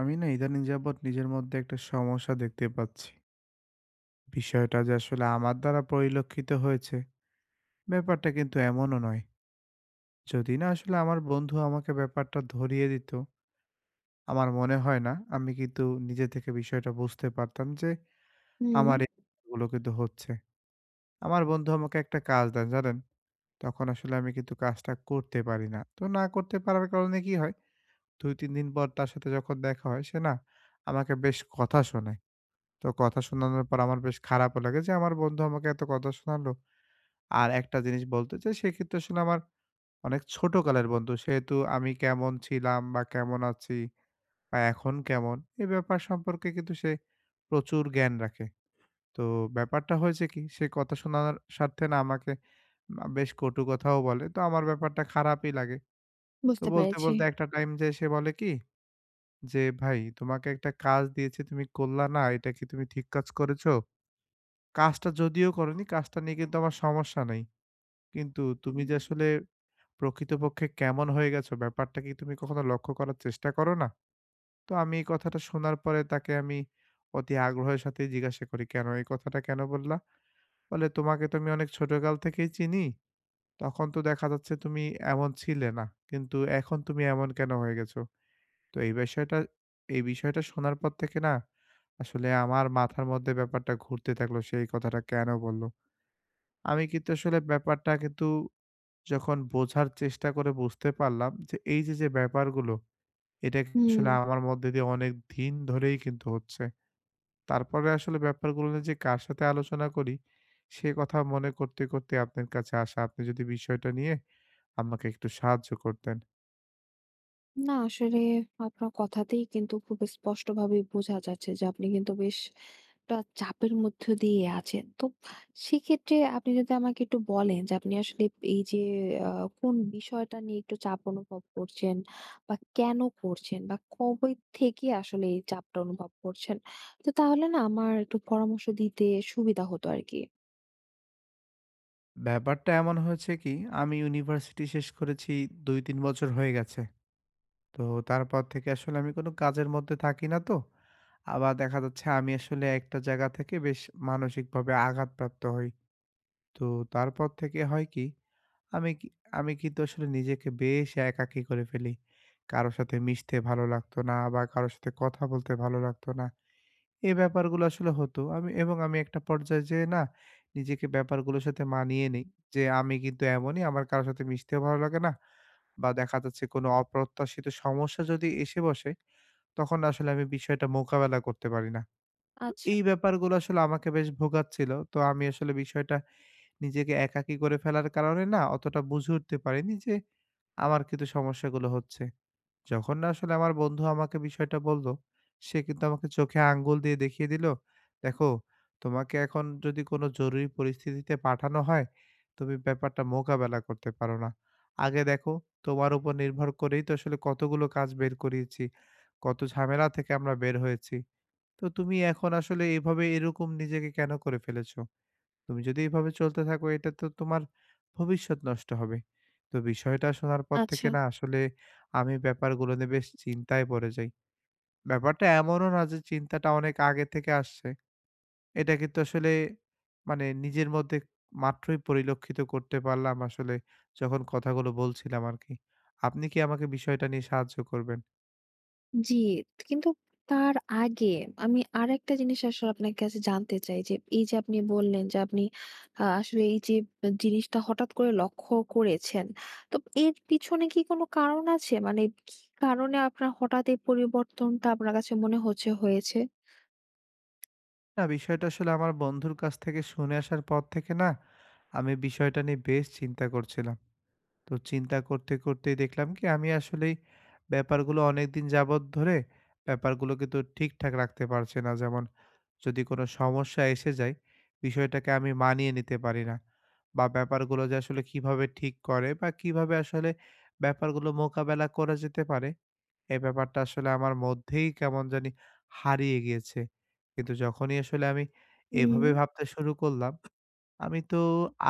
আমি না ইদানিং যাবৎ নিজের মধ্যে একটা সমস্যা দেখতে পাচ্ছি। বিষয়টা যে আসলে আমার দ্বারা পরিলক্ষিত হয়েছে, ব্যাপারটা কিন্তু এমনও নয়। যদি না আসলে আমার বন্ধু আমাকে ব্যাপারটা ধরিয়ে দিত, আমার মনে হয় না আমি কিন্তু নিজে থেকে বিষয়টা বুঝতে পারতাম যে হুম, আমার এই গুলো কিন্তু হচ্ছে। আমার বন্ধু আমাকে একটা কাজ দেন, জানেন? তখন আসলে আমি কিন্তু কাজটা করতে পারি না। তো না করতে পারার কারণে কি হয়? ২-৩ দিন পর তার সাথে যখন দেখা হয় সে না আমাকে বেশ কথা শোনায়। তো কথা শোনানোর পর আমার বেশ খারাপও লাগে যে আমার বন্ধু আমাকে এত কথা শোনালো। আর একটা জিনিস বলতে চাই সেক্ষেত্রে আসলে আমার অনেক ছোটকালের বন্ধু। সেহেতু আমি কেমন ছিলাম বা কেমন আছি বা এখন কেমন এ ব্যাপার সম্পর্কে কিন্তু সে প্রচুর জ্ঞান রাখে। তো ব্যাপারটা হয়েছে কি সে কথা শোনানোর স্বার্থে না আমাকে বেশ কটু কথাও বলে। তো আমার ব্যাপারটা খারাপই লাগে। তো বুঝতে বলতে, পেরেছি। বলতে একটা টাইম যেয়ে সে বলে কি যে, "ভাই তোমাকে একটা কাজ দিয়েছি তুমি করলা না। এটা কি তুমি ঠিক কাজ করেছো? কাজটা যদিও করোনি, কাজটা নিয়ে কিন্তু আমার সমস্যা নাই। কিন্তু তুমি যে আসলে প্রকৃতপক্ষে কেমন হয়ে গেছো, ব্যাপারটা কি তুমি কখনো লক্ষ্য করার চেষ্টা করো না?" তো আমি এই কথাটা শোনার পরে তাকে আমি অতি আগ্রহের সাথেই জিজ্ঞাসা করি, "কেন? এই কথাটা কেন বললা?" বলে, "তোমাকে তো আমি অনেক ছোটকাল থেকেই চিনি। তখন তো দেখা যাচ্ছে তুমি এমন ছিলে না। কিন্তু এখন তুমি এমন কেন হয়ে গেছো?" তো এই বিষয়টা শোনার পর থেকে না আসলে আমার মাথার মধ্যে ব্যাপারটা ঘুরতে থাকলো। সে এই কথাটা কেন বলল? আমি কিন্তু আসলে ব্যাপারটা কিন্তু যখন বোঝার চেষ্টা করে বুঝতে পারলাম যে এই যে, যে ব্যাপারগুলো এটা কিন্তু হুম, আসলে আমার মধ্যে দিয়ে অনেক দিন ধরেই কিন্তু হচ্ছে। তারপরে আসলে ব্যাপারগুলো নিয়ে যে কার সাথে আলোচনা করি সে কথা মনে করতে, করতে আপনার কাছে আসা। আপনি যদি বিষয়টা নিয়ে আমাকে একটু সাহায্য করতেন। না আসলে আপনার কথাতেই কিন্তু খুব স্পষ্টভাবেই বোঝা যাচ্ছে যে আপনি কিন্তু বেশ একটা চাপের মধ্য দিয়ে আছেন। তো সেক্ষেত্রে আপনি যদি আমাকে একটু বলেন যে আপনি আসলে এই যে আ কোন বিষয়টা নিয়ে একটু চাপ অনুভব করছেন বা কেন করছেন বা কবে থেকে আসলে এই চাপটা অনুভব করছেন? তো তাহলে না আমার একটু পরামর্শ দিতে সুবিধা হতো আরকি। ব্যাপারটা এমন হয়েছে কি আমি ইউনিভার্সিটি শেষ করেছি ২-৩ বছর হয়ে গেছে। তো তারপর থেকে আসলে আমি কোনো কাজের মধ্যে থাকি না তো। আবার দেখা যাচ্ছে আমি আসলে একটা জায়গা থেকে বেশ মানসিকভাবে আঘাতপ্রাপ্ত হই। তো তারপর থেকে হয় কি, আমি কি আমি কিন্তু আসলে নিজেকে বেশ একাকী করে ফেলি। কারো সাথে মিশতে ভালো লাগতো না বা কারো সাথে কথা বলতে ভালো লাগতো না। এই ব্যাপারগুলো আসলে হতো। আমি এবং আমি একটা পর্যায়ে যেয়ে না নিজেকে ব্যাপারগুলোর সাথে মানিয়ে নেই। যে আমি কিন্তু এমনই আমার কারো সাথে মিশতেও ভালো লাগে না বা দেখা যাচ্ছে কোনো অপ্রত্যাশিত সমস্যা যদি এসে বসে তখন আসলে আমি বিষয়টা মোকাবেলা করতে পারি না। তো আচ্ছা, এই ব্যাপারগুলো আসলে আমাকে বেশ ভোগাচ্ছিল। তো আমি আসলে বিষয়টা নিজেকে একাকী করে ফেলার কারণে না অতটা বুঝে উঠতে পারিনি যে আমার কিন্তু সমস্যাগুলো হচ্ছে। যখন না আসলে আমার বন্ধু আমাকে বিষয়টা বলল, সে কিন্তু আমাকে চোখে আঙ্গুল দিয়ে দেখিয়ে দিল, "দেখো, তোমাকে এখন যদি কোনো জরুরি পরিস্থিতিতে পাঠানো হয়, তুমি ব্যাপারটা মোকাবেলা করতে পারো না। আগে দেখো, তোমার উপর নির্ভর করেই তো আসলে কতগুলো কাজ বের করিয়েছি, কত ঝামেলা থেকে আমরা বের হয়েছি। তো তুমি এখন আসলে এভাবে এরকম নিজেকে কেন করে ফেলেছো? তুমি যদি এভাবে চলতে থাকো এটা তো তোমার ভবিষ্যৎ নষ্ট হবে।" তো বিষয়টা শোনার পর থেকে আচ্ছা। না আসলে আমি ব্যাপারগুলো নিয়ে বেশ চিন্তায় পড়ে যাই। ব্যাপারটা এমনও না যে চিন্তাটা অনেক আগে থেকে আসছে। এটা কিন্তু আসলে মানে নিজের মধ্যে মাত্রই পরিলক্ষিত করতে পারলাম আসলে যখন কথাগুলো বলছিলাম আরকি। আপনি কি আমাকে বিষয়টা নিয়ে সাহায্য করবেন? জি, কিন্তু তার আগে আমি আরেকটা জিনিস আসলে আপনার কাছে জানতে চাই যে, এই যে আপনি বললেন যে আপনি আসলে এই যে জিনিসটা হঠাৎ করে লক্ষ্য করেছেন। তো এর পিছনে কি কোনো কারণ আছে? মানে কি কারণে আপনার হঠাৎ এই পরিবর্তনটা আপনার কাছে মনে হচ্ছে হয়েছে? না বিষয়টা আসলে আমার বন্ধুর কাছ থেকে শুনে আসার পর থেকে না আমি বিষয়টা নিয়ে বেশ চিন্তা করছিলাম। তো চিন্তা করতে, করতেই দেখলাম কি আমি আসলেই ব্যাপারগুলো অনেকদিন যাবৎ ধরে ব্যাপারগুলো কিন্তু ঠিকঠাক রাখতে পারছি না। যেমন যদি কোনো সমস্যা এসে যায়, বিষয়টাকে আমি মানিয়ে নিতে পারি না। বা ব্যাপারগুলো যে আসলে কিভাবে ঠিক করে বা কিভাবে আসলে ব্যাপারগুলো মোকাবেলা করা যেতে পারে, এ ব্যাপারটা আসলে আমার মধ্যেই কেমন জানি হারিয়ে গিয়েছে। কিন্তু যখনই আসলে আমি হুম। এভাবে ভাবতে শুরু করলাম আমি তো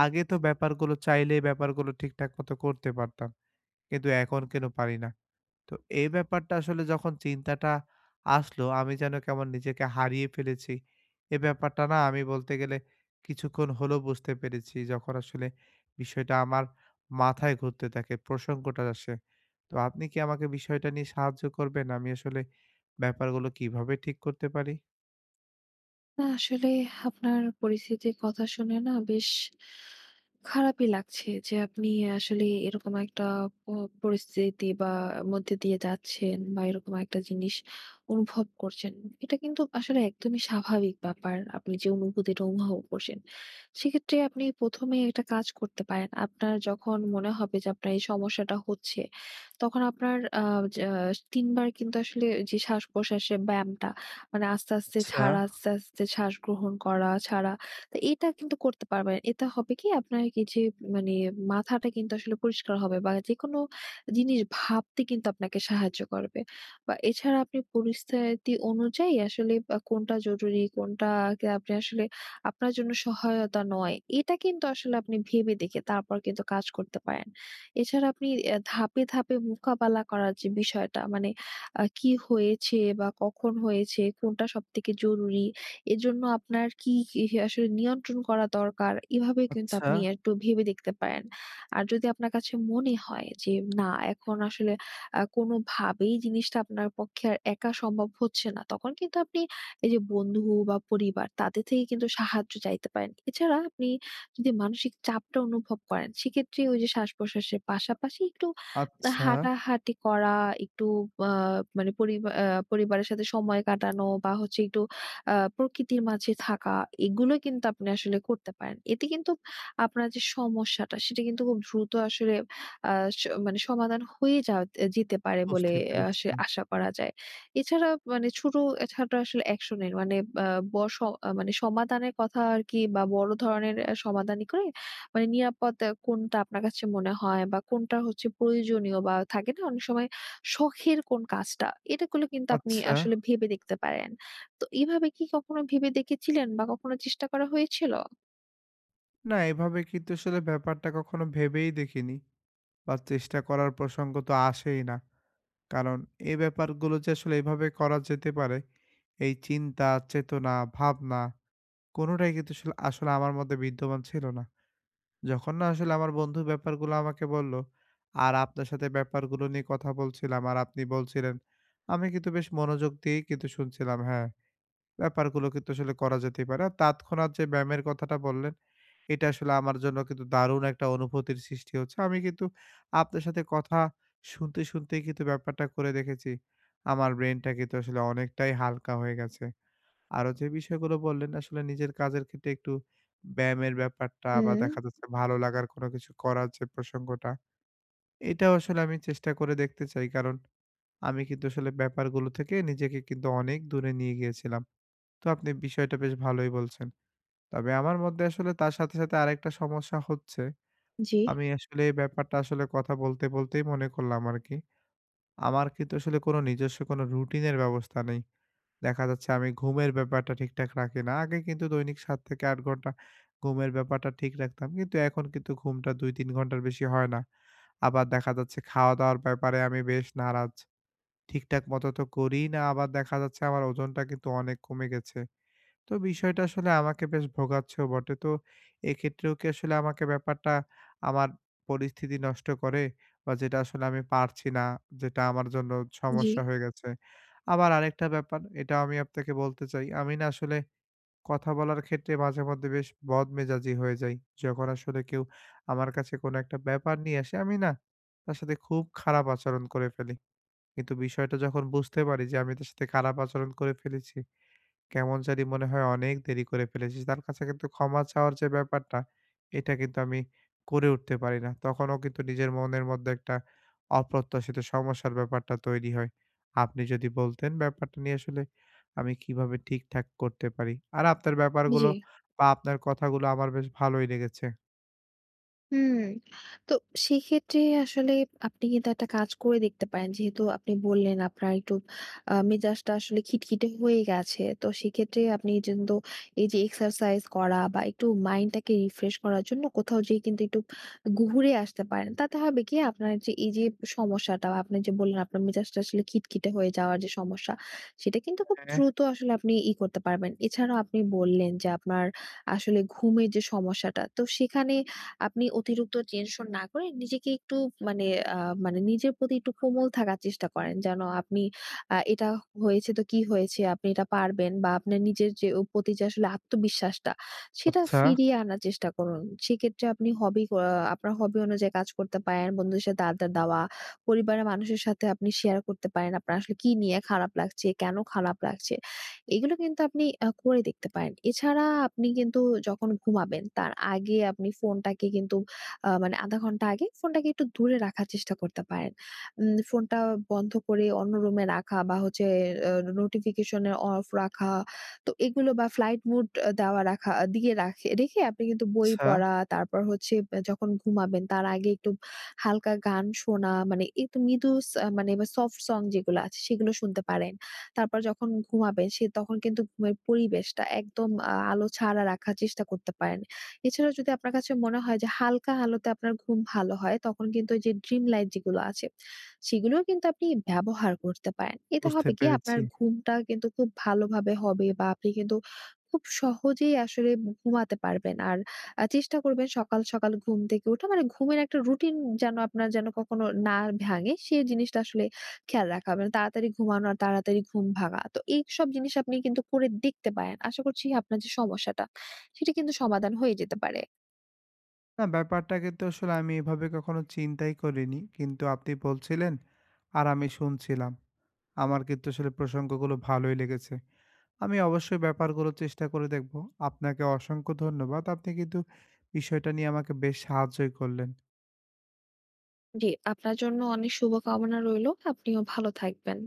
আগে তো ব্যাপারগুলো চাইলে ব্যাপারগুলো ঠিকঠাক মতো করতে পারতাম। কিন্তু এখন কেন পারি না। তো এই ব্যাপারটা আসলে যখন চিন্তাটা আসলো, আমি যেন কেমন নিজেকে হারিয়ে ফেলেছি। এ ব্যাপারটা না আমি বলতে গেলে কিছুক্ষণ হলো বুঝতে পেরেছি যখন আসলে বিষয়টা আমার মাথায় ঘুরতে থাকে, প্রসঙ্গটা আসে। তো আপনি কি আমাকে বিষয়টা নিয়ে সাহায্য করবেন? আমি আসলে ব্যাপারগুলো কিভাবে ঠিক করতে পারি? না আসলে আপনার পরিস্থিতির কথা শুনে না বেশ খারাপই লাগছে যে আপনি আসলে এরকম একটা পরিস্থিতি বা মধ্যে দিয়ে যাচ্ছেন বা এরকম একটা জিনিস অনুভব করছেন। এটা কিন্তু আসলে একদমই স্বাভাবিক ব্যাপার আপনি যে অনুভূতিটা অনুভব করছেন। সেক্ষেত্রে আপনি প্রথমে একটা কাজ করতে পারেন, আপনার যখন মনে হবে যে আপনার এই সমস্যাটা হচ্ছে, তখন আপনার ৩ বার কিন্তু আসলে যে শ্বাস প্রশ্বাসের ব্যায়ামটা, মানে আস্তে, আস্তে আচ্ছা, ছাড়া, আস্তে, আস্তে শ্বাস গ্রহণ করা ছাড়া। তো এটা কিন্তু করতে পারবেন। এটা হবে কি, আপনার এই যে মানে মাথাটা কিন্তু আসলে পরিষ্কার হবে বা যেকোনো জিনিস ভাবতে কিন্তু আপনাকে সাহায্য করবে। বা এছাড়া আপনি পরিস্থিতি অনুযায়ী আসলে কোনটা জরুরি, কোনটা কে আপনি আসলে আপনার জন্য সহায়তা নয়, এটা কিন্তু আসলে আপনি ভেবে দেখে তারপর কিন্তু কাজ করতে পারেন। এছাড়া আপনি ধাপে, ধাপে মোকাবেলা করার যে বিষয়টা, মানে কি হয়েছে বা কখন হয়েছে, কোনটা সবথেকে জরুরি। এজন্য আপনার কি, কি আসলে নিয়ন্ত্রণ করা দরকার, এভাবে কিন্তু আচ্ছা, আপনি একটু ভেবে দেখতে পারেন। আর যদি আপনার কাছে মনে হয় যে না, এখন আসলে কোনোভাবেই জিনিসটা আপনার পক্ষে আর একা সম্ভব হচ্ছে না, তখন কিন্তু আপনি এই যে বন্ধু বা পরিবার, তাদের থেকে কিন্তু সাহায্য চাইতে পারেন। এছাড়া আপনি যদি মানসিক চাপটা অনুভব করেন, সেক্ষেত্রে ওই যে শ্বাস-প্রশ্বাসের পাশাপাশি একটু আচ্ছা, হাঁটাহাঁটি করা, একটু আ মানে পরিবা আ পরিবারের সাথে সময় কাটানো বা হচ্ছে একটু প্রকৃতির মাঝে থাকা, এগুলো কিন্তু আপনি আসলে করতে পারেন। এতে কিন্তু আপনার যে সমস্যাটা সেটা কিন্তু খুব দ্রুত আসলে আ স মানে সমাধান হয়ে যাওয়া যেতে পারে বলে বুঝতে আহ, পেরেছি। আসে আশা করা যায়। এছাড়া মানে ছোট ছাটো আসলে অ্যাকশন এর মানে আ ব স আহ, মানে সমাধানের কথা আরকি, বা বড় ধরনের সমাধানই করে মানে নিরাপদ কোনটা আপনার কাছে মনে হয় বা কোনটা হচ্ছে প্রয়োজনীয় বা থাকে না অনেক সময় শখের কোন কাজটা? এটা গুলো কিন্তু আপনি আচ্ছা। আসলে ভেবে দেখতে পারেন। তো এভাবে কি কখনো ভেবে দেখেছিলেন বা কখনো চেষ্টা করা হয়েছিল? না, এভাবে কিন্তু আসলে ব্যাপারটা কখনো ভেবেই দেখিনি বা চেষ্টা করার প্রসঙ্গ তো আসেই না। কারণ এই ব্যাপারগুলো যে আসলে এভাবে করা যেতে পারে, এই চিন্তা, চেতনা, ভাবনা কোনোটাই কিন্তু আসলে আসলে আমার মধ্যে বিদ্যমান ছিল না। যখন না আসলে আমার বন্ধু ব্যাপারগুলো আমাকে বলল, আর আপনার সাথে ব্যাপারগুলো নিয়ে কথা বলছিলাম আর আপনি বলছিলেন, আমি কিন্তু বেশ মনোযোগ দিয়েই কিন্তু শুনছিলাম। হ্যাঁ, ব্যাপারগুলো কিন্তু আসলে করা যেতেই পারে। আর তৎক্ষণাৎ যে ব্যায়ামের কথাটা বললেন এটা আসলে আমার জন্য কিন্তু দারুণ একটা অনুভূতির সৃষ্টি হচ্ছে। আমি কিন্তু আপনার সাথে কথা শুনতে, শুনতেই কিন্তু ব্যাপারটা করে দেখেছি। আমার ব্রেইনটা কিন্তু আসলে অনেকটাই হালকা হয়ে গেছে। আরো যে বিষয়গুলো বললেন আসলে নিজের কাজের ক্ষেত্রে একটু ব্যায়ামের ব্যাপারটা বা হুম, দেখা যাচ্ছে ভালো লাগার কোনো কিছু করার যে প্রসঙ্গটা, এটাও আসলে আমি চেষ্টা করে দেখতে চাই। কারণ আমি কিন্তু আসলে ব্যাপারগুলো থেকে নিজেকে কিন্তু অনেক দূরে নিয়ে গিয়েছিলাম। তো আপনি বিষয়টা বেশ ভালোই বলছেন। তবে আমার মধ্যে আসলে তার সাথে, সাথে আরেকটা সমস্যা হচ্ছে জি, আমি আসলে এই ব্যাপারটা আসলে কথা বলতে, বলতেই মনে করলাম আরকি। আমার কিন্তু আসলে কোনো নিজস্ব কোনো রুটিনের ব্যবস্থা নেই। দেখা যাচ্ছে আমি ঘুমের ব্যাপারটা ঠিকঠাক রাখি না। আগে কিন্তু দৈনিক 7-8 ঘন্টা ঘুমের ব্যাপারটা ঠিক রাখতাম। কিন্তু এখন কিন্তু ঘুমটা ২-৩ ঘন্টার বেশি হয় না। আবার দেখা যাচ্ছে খাওয়া-দাওয়ার ব্যাপারে আমি বেশ নারাজ। ঠিকঠাক মতো তো করিই না। আবার দেখা যাচ্ছে আমার ওজনটা কিন্তু অনেক কমে গেছে। তো বিষয়টা আসলে আমাকে বেশ ভোগাচ্ছেও বটে। তো এক্ষেত্রেও কি আসলে আমাকে ব্যাপারটা আমার পরিস্থিতি নষ্ট করে? বা যেটা আসলে আমি পারছি না, যেটা আমার জন্য জি, সমস্যা হয়ে গেছে। আবার আরেকটা ব্যাপার, এটাও আমি আপনাকে বলতে চাই। আমি না আসলে কথা বলার ক্ষেত্রে মাঝে মধ্যে বেশ বদমেজাজি হয়ে যাই। যখন আসলে কেউ আমার কাছে কোনো একটা ব্যাপার নিয়ে আসে, আমি না তার সাথে খুব খারাপ আচরণ করে ফেলি। কিন্তু বিষয়টা যখন বুঝতে পারি যে আমি তার সাথে খারাপ আচরণ করে ফেলেছি, কেমন জানি মনে হয় অনেক দেরি করে ফেলেছি। তার কাছে কিন্তু ক্ষমা চাওয়ার যে ব্যাপারটা, এটা কিন্তু আমি করে উঠতে পারি না। তখনও কিন্তু নিজের মনের মধ্যে একটা অপ্রত্যাশিত সমস্যার ব্যাপারটা তৈরি হয়। আপনি যদি বলতেন ব্যাপারটা নিয়ে আসলে আমি কিভাবে ঠিকঠাক করতে পারি? আর আপনার জি। ব্যাপারগুলো বা আপনার কথাগুলো আমার বেশ ভালোই লেগেছে। হুম, তো সেক্ষেত্রে আসলে আপনি কিন্তু একটা কাজ করে দেখতে পারেন। যেহেতু আপনি বললেন আপনার একটু মেজাজটা আসলে খিটখিটে হয়ে গেছে। তো সেক্ষেত্রে আপনি কিন্তু এই যে এক্সারসাইজ করা বা একটু মাইন্ডটাকে রিফ্রেশ করার জন্য কোথাও যেয়ে কিন্তু একটু ঘুরে আসতে পারেন। তাতে হবে কি, আপনার যে এই যে সমস্যাটা আপনি যে বললেন, আপনার মেজাজটা আসলে খিটখিটে হয়ে যাওয়ার যে সমস্যা, সেটা কিন্তু খুব হ্যাঁ, দ্রুত আসলে আপনি করতে পারবেন। এছাড়াও আপনি বললেন যে আপনার আসলে ঘুমের যে সমস্যাটা, তো সেখানে আপনি অতিরিক্ত টেনশন না করে নিজেকে একটু মানে আ মানে নিজের প্রতি একটু কোমল থাকার চেষ্টা করেন। যেন আপনি এটা হয়েছে তো কি হয়েছে? আপনি এটা পারবেন বা আপনার নিজের যে প্রতি যে আসলে আত্মবিশ্বাসটা সেটা আচ্ছা, ফিরিয়ে আনার চেষ্টা করুন। সেক্ষেত্রে আপনি হবি আ আপনার হবি অনুযায়ী কাজ করতে পারেন। বন্ধুদের সাথে আড্ডা দেওয়া, পরিবারের মানুষের সাথে আপনি শেয়ার করতে পারেন। আপনার আসলে কি নিয়ে খারাপ লাগছে? কেন খারাপ লাগছে? এগুলো কিন্তু আপনি করে দেখতে পারেন। এছাড়া আপনি কিন্তু যখন ঘুমাবেন তার আগে আপনি ফোনটাকে কিন্তু মানে ০.৫ ঘন্টা আগে ফোনটাকে একটু দূরে রাখার চেষ্টা করতে পারেন। ফোনটা বন্ধ করে অন্য রুমে রাখা বা হচ্ছে আ নোটিফিকেশন এ অফ রাখা। তো এগুলো বা ফ্লাইট মুড আ দেওয়া রাখা দিয়ে রাখে রেখে আপনি কিন্তু বই আচ্ছা। পড়া, তারপর হচ্ছে যখন ঘুমাবেন তার আগে একটু হালকা গান শোনা, মানে একটু মৃদু মানে বা সফট সং যেগুলো আছে সেগুলো শুনতে পারেন। তারপর যখন ঘুমাবেন তখন কিন্তু ঘুমের পরিবেশটা একদম আলো ছাড়া রাখার চেষ্টা করতে পারেন। এছাড়া যদি আপনার কাছে মনে হয় যে হালকা আলোতে আপনার ঘুম ভালো হয়, তখন কিন্তু ওই যে ড্রিম লাইট যেগুলো আছে সেগুলোও কিন্তু আপনি ব্যবহার করতে পারেন। এতে বুঝতে হবে কি, আপনার পেরেছি। ঘুমটা কিন্তু খুব ভালোভাবে হবে বা আপনি কিন্তু খুব সহজেই আসলে ঘুমাতে পারবেন। আর চেষ্টা করবেন সকাল, সকাল ঘুম থেকে উঠা, মানে ঘুমের একটা রুটিন যেন আপনার যেন কখনো না ভাঙে, সে জিনিসটা আসলে খেয়াল রাখা, মানে তাড়াতাড়ি ঘুমানো আর তাড়াতাড়ি ঘুম ভাঙা। তো এইসব জিনিস আপনি কিন্তু করে দেখতে পারেন। আশা করছি আপনার যে সমস্যাটা, সেটা কিন্তু সমাধান হয়ে যেতে পারে। না ব্যাপারটা কিন্তু আসলে আমি এভাবে কখনো চিন্তাই করিনি। কিন্তু আপনি বলছিলেন আর আমি শুনছিলাম। আমার কিন্তু আসলে প্রসঙ্গগুলো ভালোই লেগেছে। আমি অবশ্যই ব্যাপারগুলো চেষ্টা করে দেখব। আপনাকে অসংখ্য ধন্যবাদ। আপনি কিন্তু বিষয়টা নিয়ে আমাকে বেশ সাহায্যই করলেন। জি, আপনার জন্য অনেক শুভকামনা রইলো। আপনিও ভালো থাকবেন।